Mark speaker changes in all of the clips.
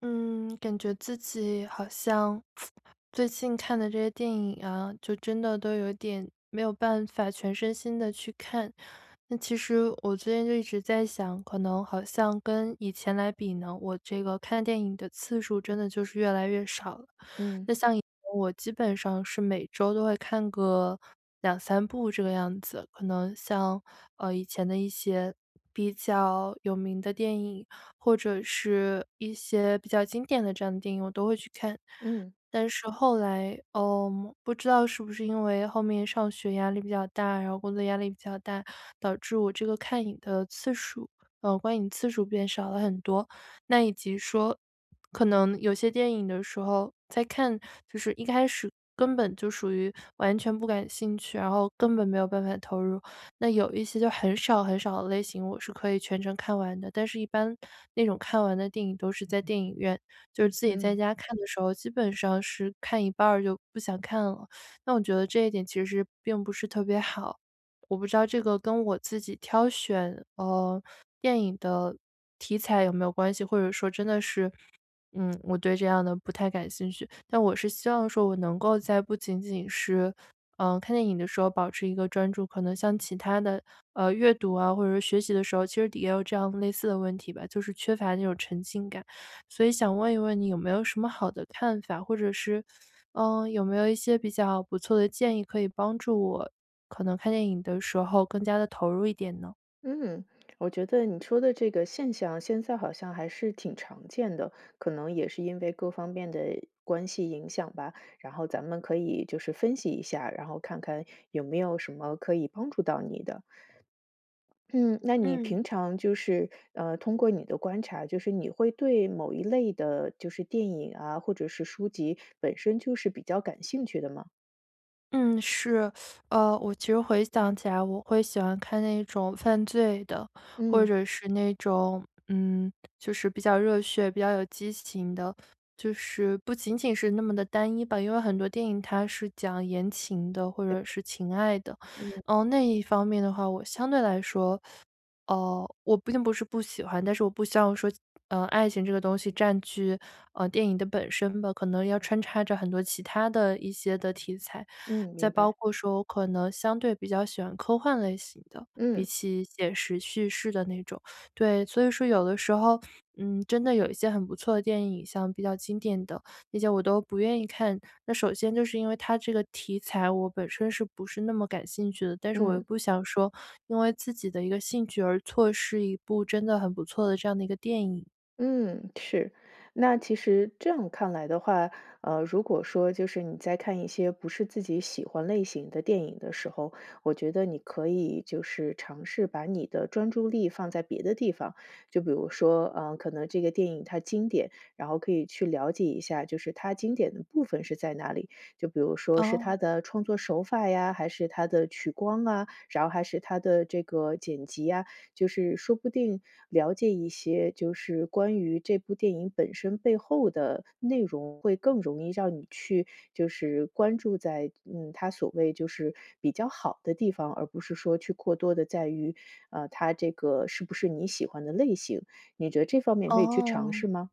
Speaker 1: 嗯，感觉自己好像最近看的这些电影啊，就真的都有点没有办法全身心的去看。那其实我最近就一直在想，可能好像跟以前来比呢，我这个看电影的次数真的就是越来越少了。
Speaker 2: 嗯
Speaker 1: 那像以前我基本上是每周都会看个两三部这个样子，可能像，以前的一些比较有名的电影，或者是一些比较经典的这样的电影，我都会去看。
Speaker 2: 嗯
Speaker 1: 但是后来，嗯，不知道是不是因为后面上学压力比较大，然后工作压力比较大，导致我这个看影的次数观影次数变少了很多。那以及说，可能有些电影的时候，在看就是一开始根本就属于完全不感兴趣，然后根本没有办法投入。那有一些就很少很少的类型，我是可以全程看完的，但是一般那种看完的电影都是在电影院，就是自己在
Speaker 2: 嗯
Speaker 1: 家看的时候，基本上是看一半儿就不想看了。那我觉得这一点其实并不是特别好。我不知道这个跟我自己挑选，电影的题材有没有关系，或者说真的是，嗯，我对这样的不太感兴趣。但我是希望说我能够在不仅仅是，看电影的时候保持一个专注，可能像其他的，阅读啊，或者是学习的时候，其实也有这样类似的问题吧，就是缺乏那种沉浸感。所以想问一问你有没有什么好的看法，或者是嗯，有没有一些比较不错的建议可以帮助我，可能看电影的时候更加的投入一点呢？
Speaker 2: 嗯，我觉得你说的这个现象，现在好像还是挺常见的，可能也是因为各方面的关系影响吧。然后咱们可以就是分析一下，然后看看有没有什么可以帮助到你的。嗯，那你
Speaker 1: 嗯。
Speaker 2: 平常就是通过你的观察，就是你会对某一类的，就是电影啊，或者是书籍本身就是比较感兴趣的吗？
Speaker 1: 嗯，是，我其实回想起来，我会喜欢看那种犯罪的，或
Speaker 2: 嗯
Speaker 1: 者是那种，嗯，就是比较热血、比较有激情的，就是不仅仅是那么的单一吧。因为很多电影它是讲言情的，或者是情爱的，
Speaker 2: 嗯
Speaker 1: 嗯，那一方面的话，我相对来说，我并不是不喜欢，但是我不希望说，爱情这个东西占据，电影的本身吧，可能要穿插着很多其他的一些的题材。
Speaker 2: 嗯，
Speaker 1: 再
Speaker 2: 明
Speaker 1: 包
Speaker 2: 白。
Speaker 1: 括说我可能相对比较喜欢科幻类型的，比
Speaker 2: 嗯
Speaker 1: 起写实叙事的那种。对，所以说有的时候，嗯，真的有一些很不错的电影，像比较经典的那些我都不愿意看。那首先就是因为它这个题材我本身是不是那么感兴趣的，但是我又
Speaker 2: 嗯。
Speaker 1: 不想说因为自己的一个兴趣而错失一部真的很不错的这样的一个电影。
Speaker 2: 嗯，是。那其实这样看来的话，如果说就是你在看一些不是自己喜欢类型的电影的时候，我觉得你可以就是尝试把你的专注力放在别的地方，就比如说，嗯，可能这个电影它经典，然后可以去了解一下，就是它经典的部分是在哪里，就比如说是
Speaker 1: 哦，
Speaker 2: 它的创作手法呀，还是它的取光啊，然后还是它的这个剪辑啊。就是说不定了解一些就是关于这部电影本身背后的内容，会更容易让你去就是关注在嗯它所谓就是比较好的地方，而不是说去过多的在于它这个是不是你喜欢的类型。你觉得这方面可以去尝
Speaker 1: 哦。
Speaker 2: 试吗？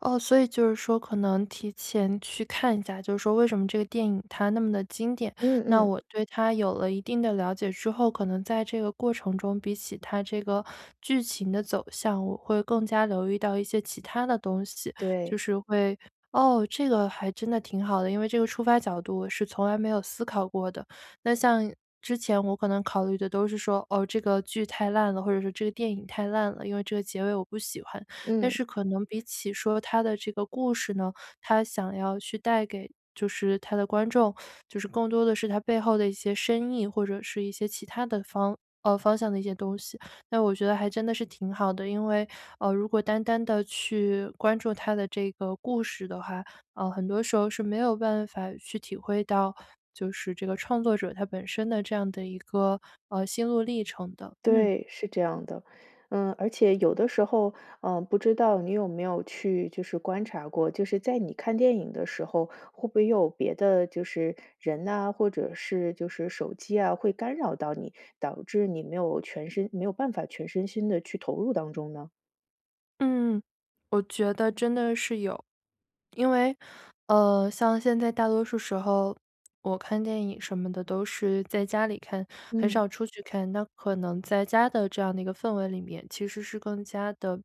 Speaker 1: 哦，所以就是说可能提前去看一下，就是说为什么这个电影它那么的经典，
Speaker 2: 嗯
Speaker 1: 那
Speaker 2: 嗯。
Speaker 1: 我对它有了一定的了解之后，可能在这个过程中，比起它这个剧情的走向，我会更加留意到一些其他的东西，就
Speaker 2: 对。
Speaker 1: 是会哦，这个还真的挺好的，因为这个出发角度我是从来没有思考过的。那像之前我可能考虑的都是说，哦，这个剧太烂了，或者说这个电影太烂了，因为这个结尾我不喜欢。但
Speaker 2: 嗯，
Speaker 1: 是可能比起说他的这个故事呢，他想要去带给就是他的观众，就是更多的是他背后的一些深意，或者是一些其他的方向的一些东西。那我觉得还真的是挺好的，因为，如果单单的去关注他的这个故事的话，很多时候是没有办法去体会到，就是这个创作者他本身的这样的一个，心路历程的，嗯。
Speaker 2: 对，是这样的。嗯，而且有的时候，嗯，不知道你有没有去就是观察过，就是在你看电影的时候，会不会有别的就是人呐，或者是就是手机啊，会干扰到你，导致你没有办法全身心的去投入当中呢？
Speaker 1: 嗯，我觉得真的是有。因为，像现在大多数时候，我看电影什么的都是在家里看，很
Speaker 2: 嗯，
Speaker 1: 少出去看。那可能在家的这样的一个氛围里面，其实是更加的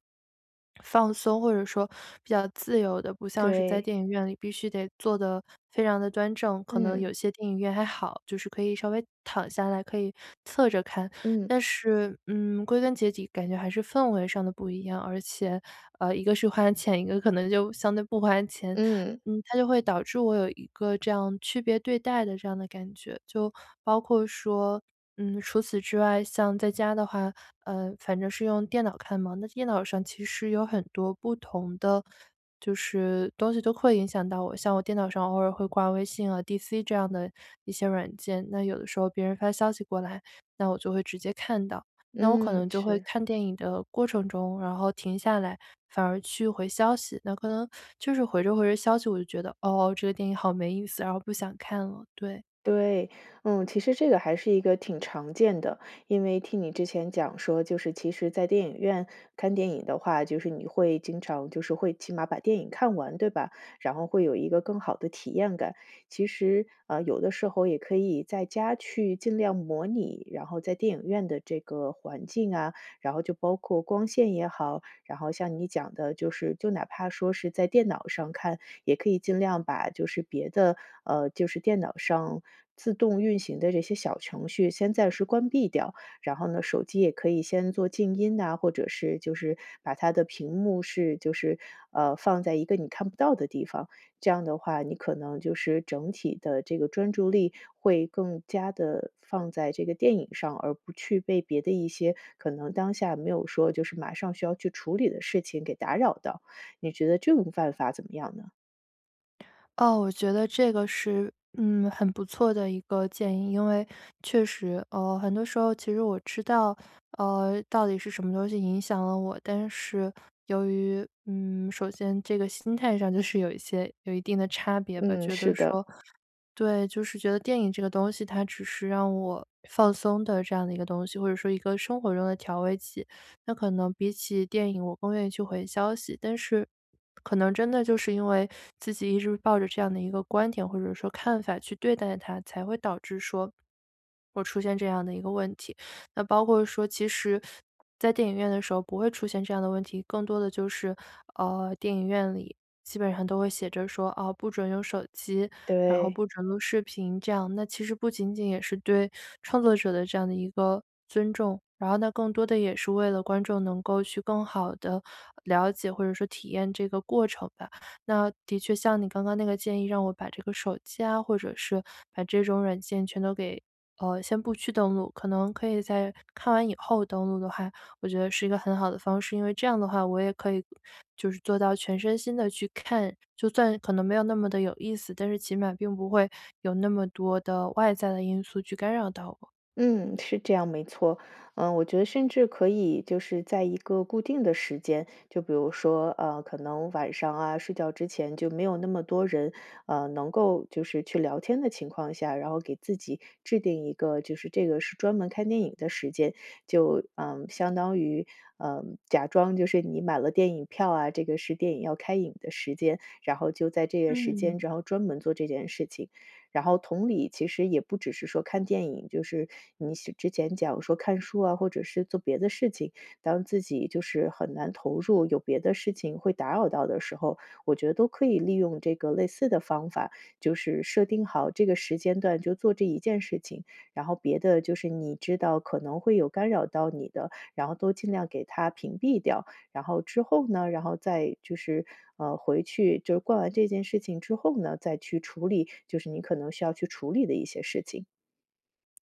Speaker 1: 放松，或者说比较自由的，不像是在
Speaker 2: 对，
Speaker 1: 电影院里必须得坐的非常的端正。可能
Speaker 2: 嗯，
Speaker 1: 有些电影院还好，就是可以稍微躺下来，可以侧着看。
Speaker 2: 嗯，
Speaker 1: 但是，嗯，归根结底感觉还是氛围上的不一样，而且，一个是花钱，一个可能就相对不花钱。
Speaker 2: 嗯，
Speaker 1: 嗯，它就会导致我有一个这样区别对待的这样的感觉。就包括说，嗯，除此之外，像在家的话，反正是用电脑看嘛，那电脑上其实有很多不同的就是东西都会影响到我。像我电脑上偶尔会挂微信啊、DC 这样的一些软件，那有的时候别人发消息过来，那我就会直接看到。那我可
Speaker 2: 嗯，
Speaker 1: 能就会
Speaker 2: 是。
Speaker 1: 看电影的过程中，然后停下来，反而去回消息。那可能就是回着回着消息，我就觉得哦，这个电影好没意思，然后不想看了。对。
Speaker 2: 对，嗯，其实这个还是一个挺常见的，因为听你之前讲说，就是其实，在电影院看电影的话，就是你会经常就是会起码把电影看完，对吧？然后会有一个更好的体验感。其实，有的时候也可以在家去尽量模拟，然后在电影院的这个环境啊，然后就包括光线也好，然后像你讲的，就是就哪怕说是在电脑上看，也可以尽量把就是别的，就是电脑上自动运行的这些小程序先暂时关闭掉。然后呢，手机也可以先做静音呐、或者是就是把它的屏幕放在一个你看不到的地方。这样的话，你可能就是整体的这个专注力会更加的放在这个电影上，而不去被别的一些可能当下没有说就是马上需要去处理的事情给打扰到。你觉得这种办法怎么样呢？
Speaker 1: 哦，我觉得这个是，嗯，很不错的一个建议，因为确实，很多时候其实我知道，到底是什么东西影响了我，但是由于，嗯，首先这个心态上就是有一些有一定的差别吧，
Speaker 2: 嗯，
Speaker 1: 觉得
Speaker 2: 是
Speaker 1: 说，
Speaker 2: 的，
Speaker 1: 对，就是觉得电影这个东西，它只是让我放松的这样的一个东西，或者说一个生活中的调味剂。那可能比起电影，我更愿意去回消息，但是可能真的就是因为自己一直抱着这样的一个观点或者说看法去对待它，才会导致说我出现这样的一个问题。那包括说，其实，在电影院的时候不会出现这样的问题，更多的就是，电影院里基本上都会写着说，哦，不准用手机，然后
Speaker 2: 对。
Speaker 1: 不准录视频这样。那其实不仅仅也是对创作者的这样的一个尊重，然后那更多的也是为了观众能够去更好的了解或者说体验这个过程吧。那的确像你刚刚那个建议，让我把这个手机啊，或者是把这种软件全都给，先不去登录，可能可以在看完以后登录的话，我觉得是一个很好的方式，因为这样的话，我也可以就是做到全身心的去看，就算可能没有那么的有意思，但是起码并不会有那么多的外在的因素去干扰到我。
Speaker 2: 嗯，是这样，没错。嗯，我觉得甚至可以就是在一个固定的时间，就比如说，可能晚上啊，睡觉之前就没有那么多人，能够就是去聊天的情况下，然后给自己制定一个，就是这个是专门看电影的时间，就嗯，相当于嗯，假装就是你买了电影票啊，这个是电影要开影的时间，然后就在这个时
Speaker 1: 嗯。
Speaker 2: 间，然后专门做这件事情。然后同理，其实也不只是说看电影，就是你是之前讲说看书啊，或者是做别的事情，当自己就是很难投入，有别的事情会打扰到的时候，我觉得都可以利用这个类似的方法，就是设定好这个时间段就做这一件事情，然后别的就是你知道可能会有干扰到你的，然后都尽量给它屏蔽掉。然后之后呢，然后再就是，回去就是逛完这件事情之后呢，再去处理，就是你可能需要去处理的一些事情。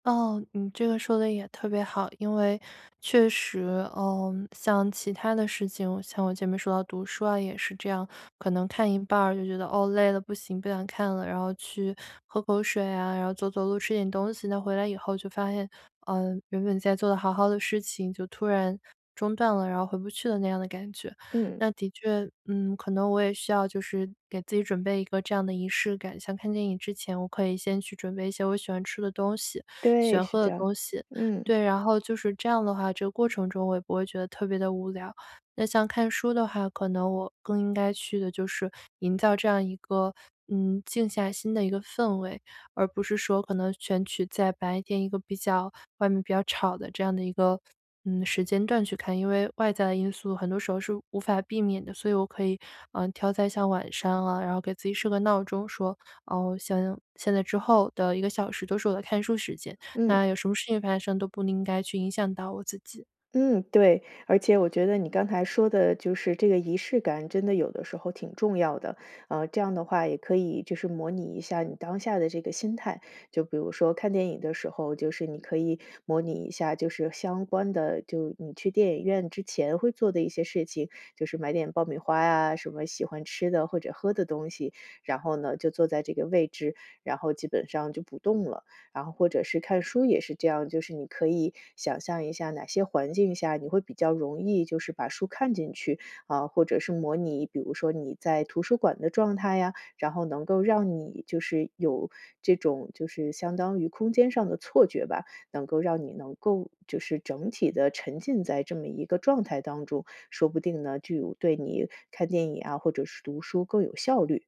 Speaker 1: 哦，你这个说的也特别好，因为确实，嗯，像其他的事情，像我前面说到读书啊，也是这样，可能看一半儿就觉得哦累了，不行，不想看了，然后去喝口水啊，然后走走路，吃点东西。那回来以后就发现，嗯，原本在做的好好的事情，就突然中断了，然后回不去了那样的感觉。
Speaker 2: 嗯，
Speaker 1: 那的确，嗯，可能我也需要就是给自己准备一个这样的仪式感，像看电影之前，我可以先去准备一些我喜欢吃的东西。
Speaker 2: 对，
Speaker 1: 玄
Speaker 2: 是
Speaker 1: 喝
Speaker 2: 这
Speaker 1: 的
Speaker 2: 样。
Speaker 1: 东西。
Speaker 2: 嗯，
Speaker 1: 对，然后就是这样的话，这个过程中我也不会觉得特别的无聊。那像看书的话，可能我更应该去的就是营造这样一个，嗯，静下心的一个氛围，而不是说可能选取在白天一个比较外面比较吵的这样的一个，嗯，时间段去看。因为外在的因素很多时候是无法避免的，所以我可以，嗯，挑在像晚上啊，然后给自己设个闹钟，说，哦，像现在之后的一个小时都是我的看书时间。
Speaker 2: 嗯。
Speaker 1: 那有什么事情发生都不应该去影响到我自己。
Speaker 2: 嗯，对，而且我觉得你刚才说的就是这个仪式感，真的有的时候挺重要的。呃，这样的话也可以就是模拟一下你当下的这个心态，就比如说看电影的时候，就是你可以模拟一下，就是相关的，就你去电影院之前会做的一些事情，就是买点爆米花呀，什么喜欢吃的或者喝的东西，然后呢就坐在这个位置，然后基本上就不动了。然后或者是看书也是这样，就是你可以想象一下哪些环境下你会比较容易就是把书看进去啊、或者是模拟，比如说你在图书馆的状态呀，然后能够让你就是有这种就是相当于空间上的错觉吧，能够让你能够就是整体的沉浸在这么一个状态当中，说不定呢就有对你看电影啊或者是读书更有效率。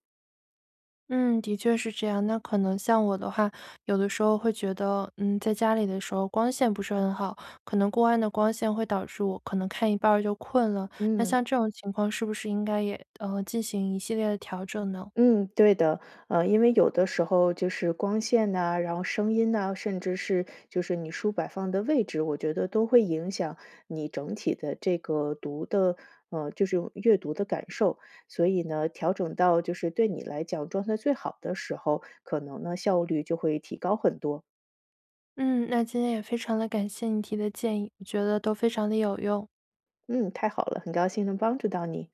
Speaker 1: 嗯，的确是这样。那可能像我的话，有的时候会觉得，嗯，在家里的时候光线不是很好，可能过暗的光线会导致我可能看一半儿就困了。那
Speaker 2: 嗯。
Speaker 1: 像这种情况，是不是应该也进行一系列的调整呢？
Speaker 2: 嗯，对的，因为有的时候就是光线呐，然后声音呐，甚至是就是你书摆放的位置，我觉得都会影响你整体的这个读的，就是阅读的感受。所以呢，调整到就是对你来讲状态最好的时候，可能呢效率就会提高很多。
Speaker 1: 嗯，那今天也非常的感谢你提的建议，我觉得都非常的有用。
Speaker 2: 嗯，太好了，很高兴能帮助到你。